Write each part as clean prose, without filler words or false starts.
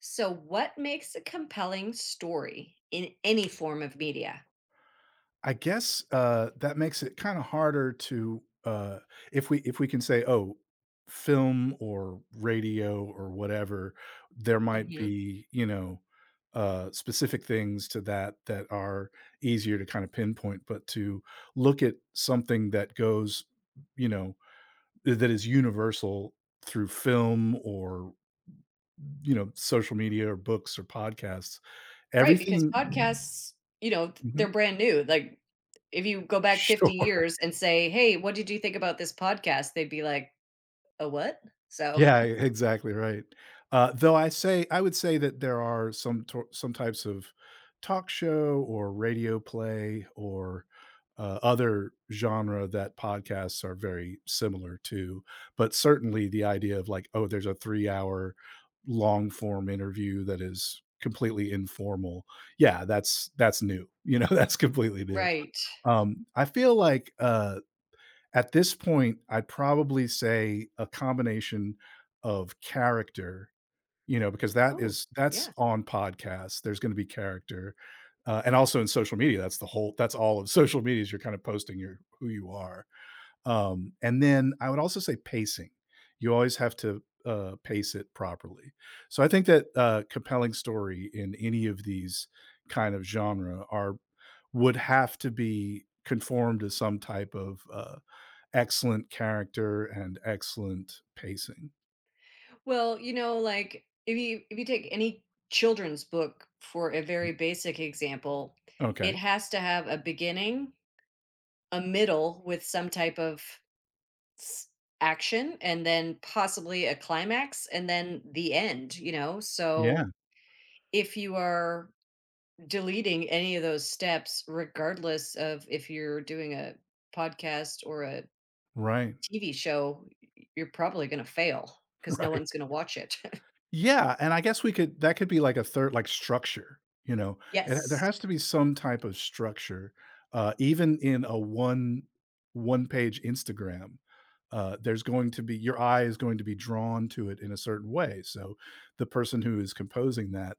So, what makes a compelling story in any form of media? I guess, that makes it kinda harder to, if we can say, "Oh, film or radio or whatever," there might Hmm. be, you know, specific things to that are easier to kinda pinpoint, but to look at something that goes, you know, that is universal through film or, you know, social media or books or podcasts, Right, because everything. podcasts, you know, they're Mhm. brand new. Like if you go back 50 Sure. years and say, "Hey, what did you think about this podcast?" They'd be like, "A what?" So, Yeah, e exactly right. Though I say I would say that there are some types of talk show or radio play or, other genre that podcasts are very similar to, but certainly the idea of like, oh, there's a three-hour long-form interview that is completely informal. Yeah, that's new, you know, that's completely new. right. I feel like, at this point, I'd probably say a combination of character, you know, because Oh, that's yeah. on podcasts, there's gonna be character, and also in social media, that's the whole that's all of social media is you're kind of posting your who you are. And then I would also say pacing. You always have to, pace it properly. So I think that, compelling story in any of these kind of genre are would have to be conformed to some type of, excellent character and excellent pacing. Well, you know, like if you take any children's book for a very basic example, it Okay. has to have a beginning, a middle with some type of s action, and then possibly a climax and then the end, you know? Yeah. So, if you are deleting any of those steps, regardless of if you're doing a podcast or a Right. TV show, y you're probably gonna fail because no Right. one's gonna watch it. Yeah, and I guess we could that could be like a third, like structure, you know? And there Yes. has to be some type of structure, even in a one-page Instagram, there's going to be your eye is going to be drawn to it in a certain way, so the person who is composing that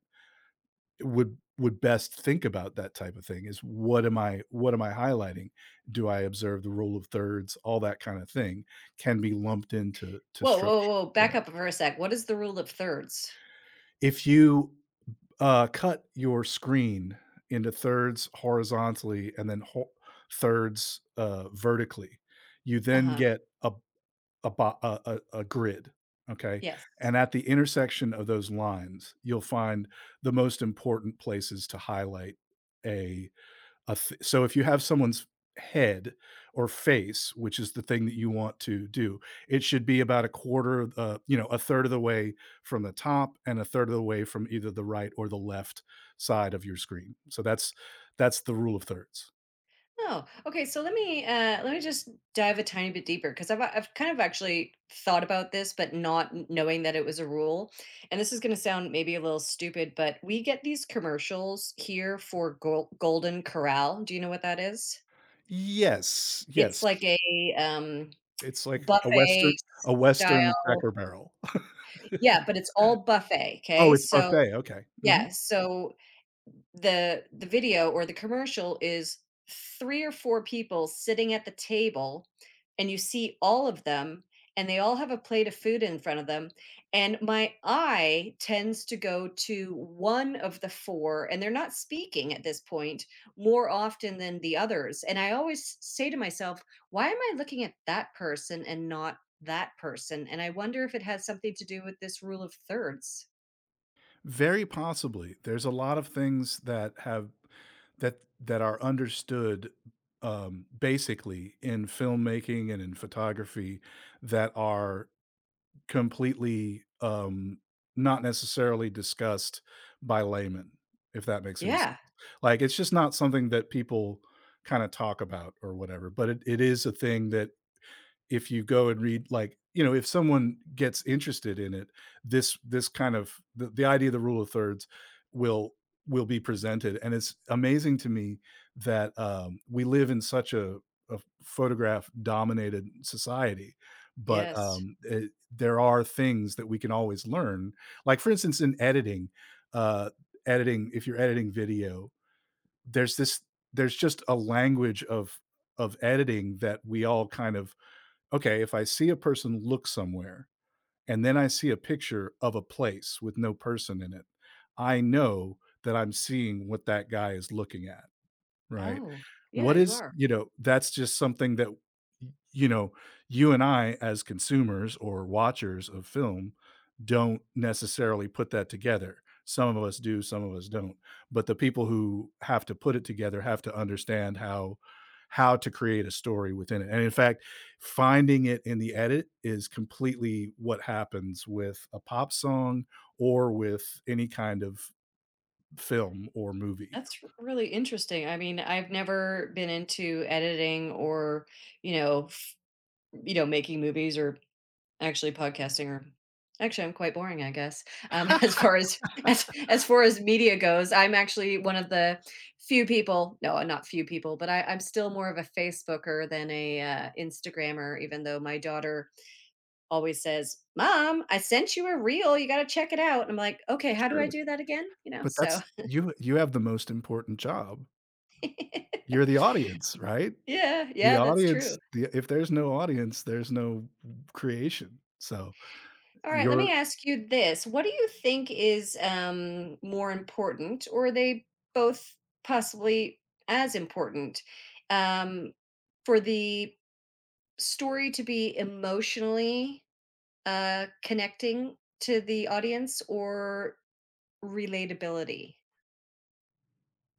would best think about that type of thing is, what am I highlighting? Do I observe the rule of thirds? All that kind of thing can be lumped into to Whoa, whoa, structure, whoa, back yeah. up for a sec. What is the rule of thirds? If you, cut your screen into thirds horizontally and then thirds, vertically, you then Uh-huh. get a a, bo- a a grid. Okay. Yes. And at the intersection of those lines you'll find the most important places to highlight a so if you have someone's head or face, which is the thing that you want to do, it should be about a quarter of the- you know, a third of the way from the top and a third of the way from either the right or the left side of your screen. So that's the rule of thirds. Oh, okay. So let me just dive a tiny bit deeper, because I've kind of actually thought about this, but not knowing that it was a rule. And this is going to sound maybe a little stupid, but we get these commercials here for Golden Corral. Do you know what that is? Yes, It's yes. like a um, It's like a buffet western, a western style. Cracker Barrel. Yeah, but it's all buffet. Oh, Okay, it's so buffet. Okay. Hmm. yeah, so the video or the commercial is 3 or 4 people sitting at the table, and you see all of them, and they all have a plate of food in front of them, and my eye tends to go to 1 of the 4, and they're not speaking at this point more often than the others, and I always say to myself, "Why am I looking at that person and not that person?" And I wonder if it has something to do with this rule of thirds. Very possibly. There's a lot of things that have that are understood, basically in filmmaking and in photography, that are completely, not necessarily discussed by laymen, if that makes any sense. Yeah. Like, it's just not something that people kind of talk about or whatever, but it is a thing that if you go and read, like, you know, if someone gets interested in it, this kind of, the idea of the rule of thirds will be presented. And it's amazing to me that, we live in such a photograph dominated society, but, Yes. It, there are things that we can always learn, like for instance in editing, uh, if you're editing video, there's this there's just a language of editing that we all kind of, okay, if I see a person look somewhere and then I see a picture of a place with no person in it, I know that I'm seeing what that guy is looking at. Right. Oh, yeah, What you is, are. you know, that's just something that, you know, you and I as consumers or watchers of film don't necessarily put that together. Some of us do, some of us don't. But the people who have to put it together have to understand how to create a story within it. And in fact, finding it in the edit is completely what happens with a pop song or with any kind of film or movie. That's really interesting. I mean, I've never been into editing or, you know, you know, making movies or actually podcasting, or actually I'm quite boring, I guess. Um, as far as, as far as media goes, I'm actually one of the few people, no, not few people, but I'm still more of a Facebooker than a Instagrammer, even though my daughter always says, "Mom, I sent you a reel. You got to check it out." And I'm like, "Okay, how do I Sure. do that again?" You know, But so that's you, you have the most important job. You're the audience, right? yeah, The yeah, that's audience true. the If there's no audience, there's no creation. So, All right, let me you're, ask you this. What do you think is more important, or are they both possibly as important, um, for the story to be emotionally connecting to the audience, or relatability?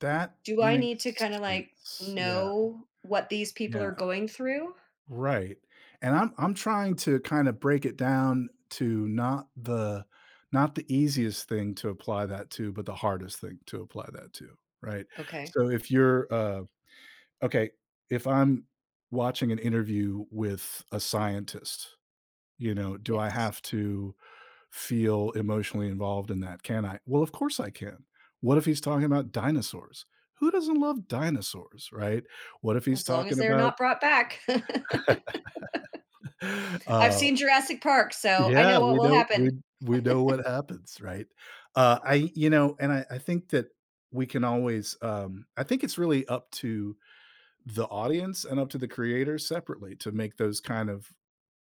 that Do I need to makes kind of like sense. Yeah, know what these people yeah, are going through? right. And I'm trying to kinda break it down to not the, not the easiest thing to apply that to, but the hardest thing to apply that to, right? Okay, So, if you're, okay, if I'm watching an interview with a scientist, you know, do I yes. have to feel emotionally involved in that? Can I? Well, of course I can. What if he's talking about dinosaurs? Who doesn't love dinosaurs, right? What if he's As long as talking they're about, not brought back. I've uh, seen Jurassic Park, so I yeah, know what we will know, happen. We know what happens, right? I You know, and I think that we can always, I think it's really up to the audience and up to the creator separately to make those kind of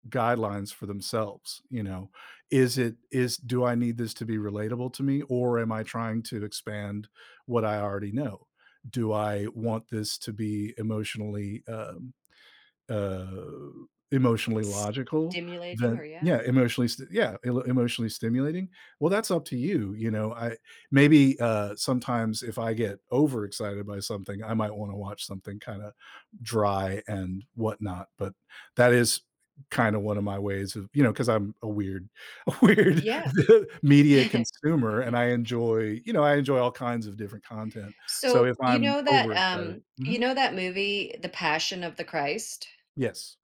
guidelines for themselves, you know? Is it is Do I need this to be relatable to me, or am I trying to expand what I already know? Do I want this to be emotionally, uh, emotionally logical, Stimulating or then yeah. yeah, emotionally st yeah, elo emotionally stimulating. Well, that's up to you, you know, I maybe, sometimes if I get overexcited by something, I might wanna watch something kinda dry and whatnot, but that is kinda one of my ways of, you know, because 'cause I'm a weird a weird Yeah. media consumer, Y and I enjoy, you know, I enjoy all kinds of different content, so so, if I'm overexcited. You Mhm, know that movie, The Passion of the Christ? yes.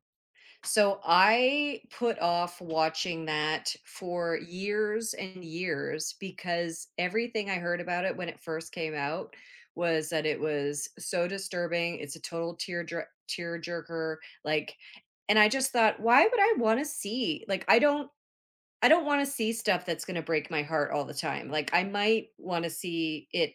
So, I put off watching that for years and years because everything I heard about it when it first came out was that it was so disturbing, it's a total tear jerker. Like, and I just thought, "Why would I wanna see," like, I don't, I don't wanna see stuff that's gonna break my heart all the time. Like, I might wanna see it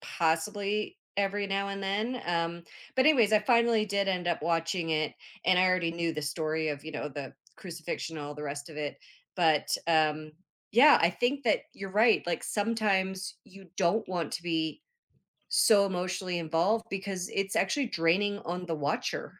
possibly every now and then, but anyways, I finally did end up watching it, and I already knew the story of, you know, the crucifixion, all the rest of it, but, yeah, I think that you're right. Like, sometimes you don't want to be so emotionally involved because it's actually draining on the watcher.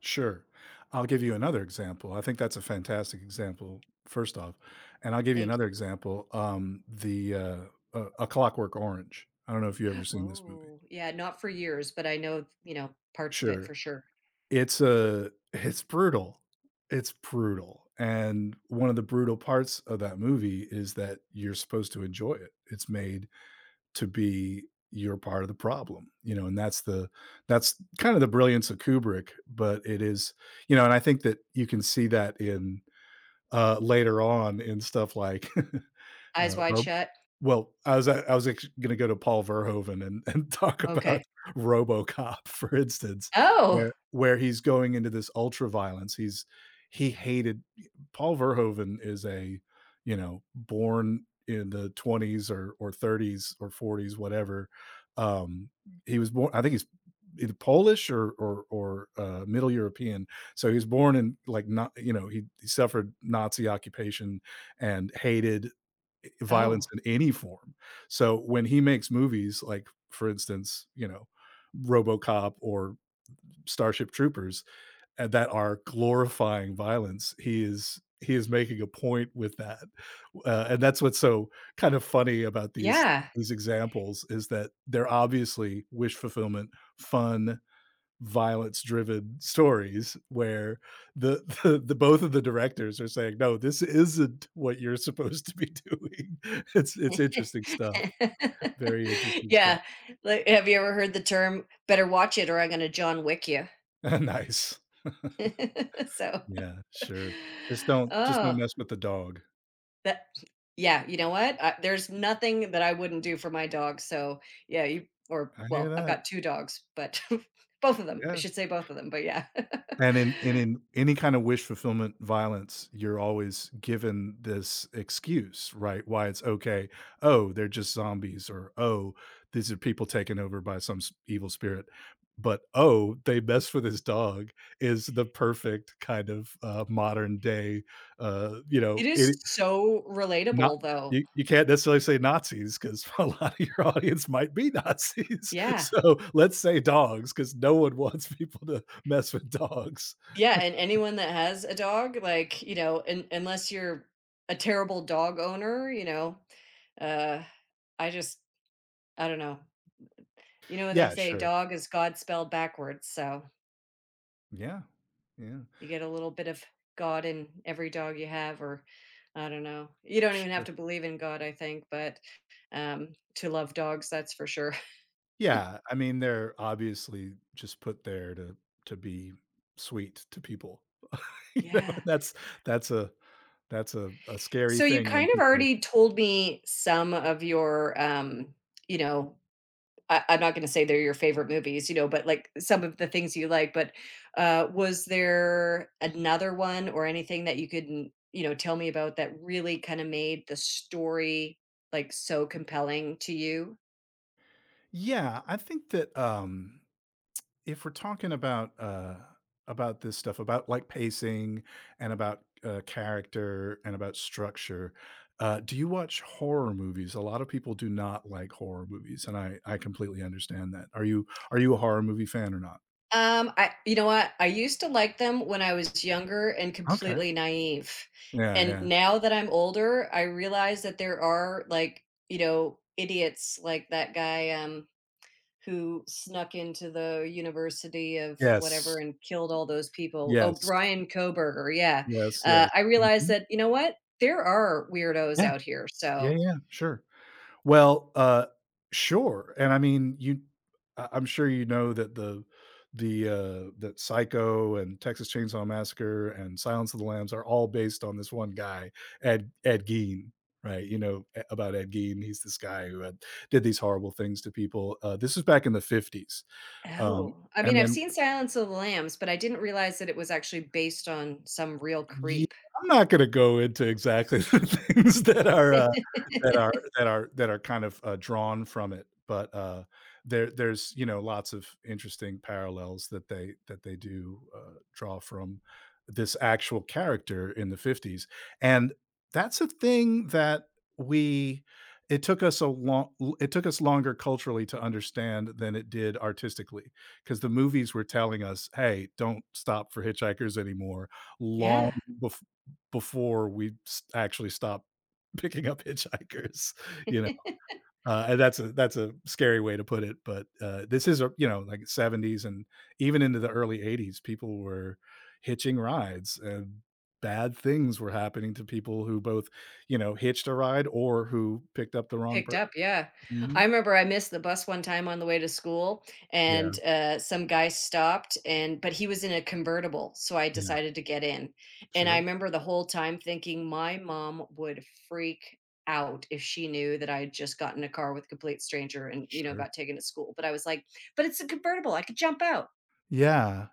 Sure. I'll give you another example. I think that's a fantastic example, first off. And I'll give you Thank another you. example. The A Clockwork Orange. I don't know if you've ever seen this movie. Oh, yeah, not for years, but I know, you know, parts of it Sure. for sure. It's brutal. It's brutal. And one of the brutal parts of that movie is that you're supposed to enjoy it. It's made to be your, part of the problem, you know, and that's kind of the brilliance of Kubrick, but it is, you know. And I think that you can see that in, later on in stuff like, Eyes Wide Ro Shut. well, I was gonna go to Paul Verhoeven and and talk Okay. about RoboCop, for instance, Oh! where he's going into this ultra violence. He hated, Paul Verhoeven is a, you know, born in the 20s or 30s or 40s, whatever. Um, he was born I think he's either Polish or Middle European. So he was born in, like, not, you know, he suffered Nazi occupation and hated Oh, violence in any form. So when he makes movies like, for instance, you know, RoboCop or Starship Troopers, that are glorifying violence, he is, making a point with that. And that's what's so kind of funny about yeah. these examples, is that they're obviously wish fulfillment, fun, violence driven stories where the both of the directors are saying, no, this isn't what you're supposed to be doing. It's interesting stuff, very interesting stuff. Yeah. Like, have you ever heard the term, "Better watch it or I'm gonna John Wick you"? Nice, So yeah, sure. Just don't, just don't oh, mess with the dog. that yeah, you know what? I there's nothing that I wouldn't do for my dog, so, yeah, you or I hear well, I've that. got 2 dogs, but both of them. I Yeah. should say both of them, but yeah. And in, any kind of wish fulfillment violence, you're always given this excuse, right? Why it's okay. Oh, they're just zombies, or oh, these are people taken over by some evil spirit. But oh, they mess with his dog is the perfect kind of, modern day, you know, It is it, so not relatable, though. you, you can't necessarily say Nazis because a lot of your audience might be Nazis. Yeah. So let's say dogs, because no one wants people to mess with dogs. Yeah, and anyone that has a dog, like, you know, un unless you're a terrible dog owner, you know, uh, I just I don't know. You know, they Yeah, say sure. dog is God spelled backwards, so Yeah. Yeah. you get a little bit of God in every dog you have, or I don't know. You don't even have Sure. to believe in God, I think, but, to love dogs, that's for sure. Yeah. I mean, they're obviously just put there to be sweet to people. You know, Yeah. and that's that's a that's a scary So you thing when kind of people. already told me some of your, you know, I'm not gonna say they're your favorite movies, you know, but, like, some of the things you like, but, was there another one or anything that you couldn't, you know, tell me about that really kinda made the story, like, so compelling to you? Yeah, I think that, if we're talking about this stuff, about, like, pacing and about, character and about structure, do you watch horror movies? A lot of people do not like horror movies, and I completely understand that. Are you, are you a horror movie fan or not? I you know what? I used to like them when I was younger and Okay. completely naive, Yeah, and yeah. now that I'm older, I realize that there are, like, you know, idiots like that guy, who snuck into the University of whatever Yes. and killed all those people. Oh, Yes. Brian Koberger, yeah. Yes, yes. I realized Mhm. that, you know what? There are weirdos Yeah. out here, Yeah, so yeah, sure. Well, sure, and I mean, you, I I'm sure you know that that Psycho and Texas Chainsaw Massacre and Silence of the Lambs are all based on this one guy, Ed Gein, right? You know, a about Ed Gein, he's this guy who had did these horrible things to people. This is back in the 50s, um, oh, I mean, and I've then, seen Silence of the Lambs, but I didn't realize that it was actually based on some real yeah, creep. I'm not gonna go into exactly the things that are, that are kind of, drawn from it. But, there, there's, you know, lots of interesting parallels that they do, draw from this actual character in the '50s. And that's a thing that we it took us a long, it took us longer culturally to understand than it did artistically, because the movies were telling us, "Hey, don't stop for hitchhikers anymore," long Yeah. bef before we s actually stop picking up hitchhikers, you know? And that's a, that's a scary way to put it, but, this is, a you know, like, '70s and even into the early '80s, people were hitching rides, and bad things were happening to people who both, you know, hitched a ride or who picked up the wrong Picked person. up, yeah. I Mhm. remember I missed the bus one time on the way to school, Yeah, and, some guy stopped, and but he was in a convertible, so I yeah. decided to get in, and I Sure, remember the whole time thinking my mom would freak out if she knew that I had just gotten in a car with a complete stranger and, you know, sure. got taken to school, but I was like, "But it's a convertible, I could jump out." Yeah.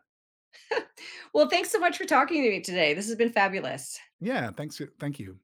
Well, thanks so much for talking to me today, this has been fabulous. Yeah, thanks, thank you.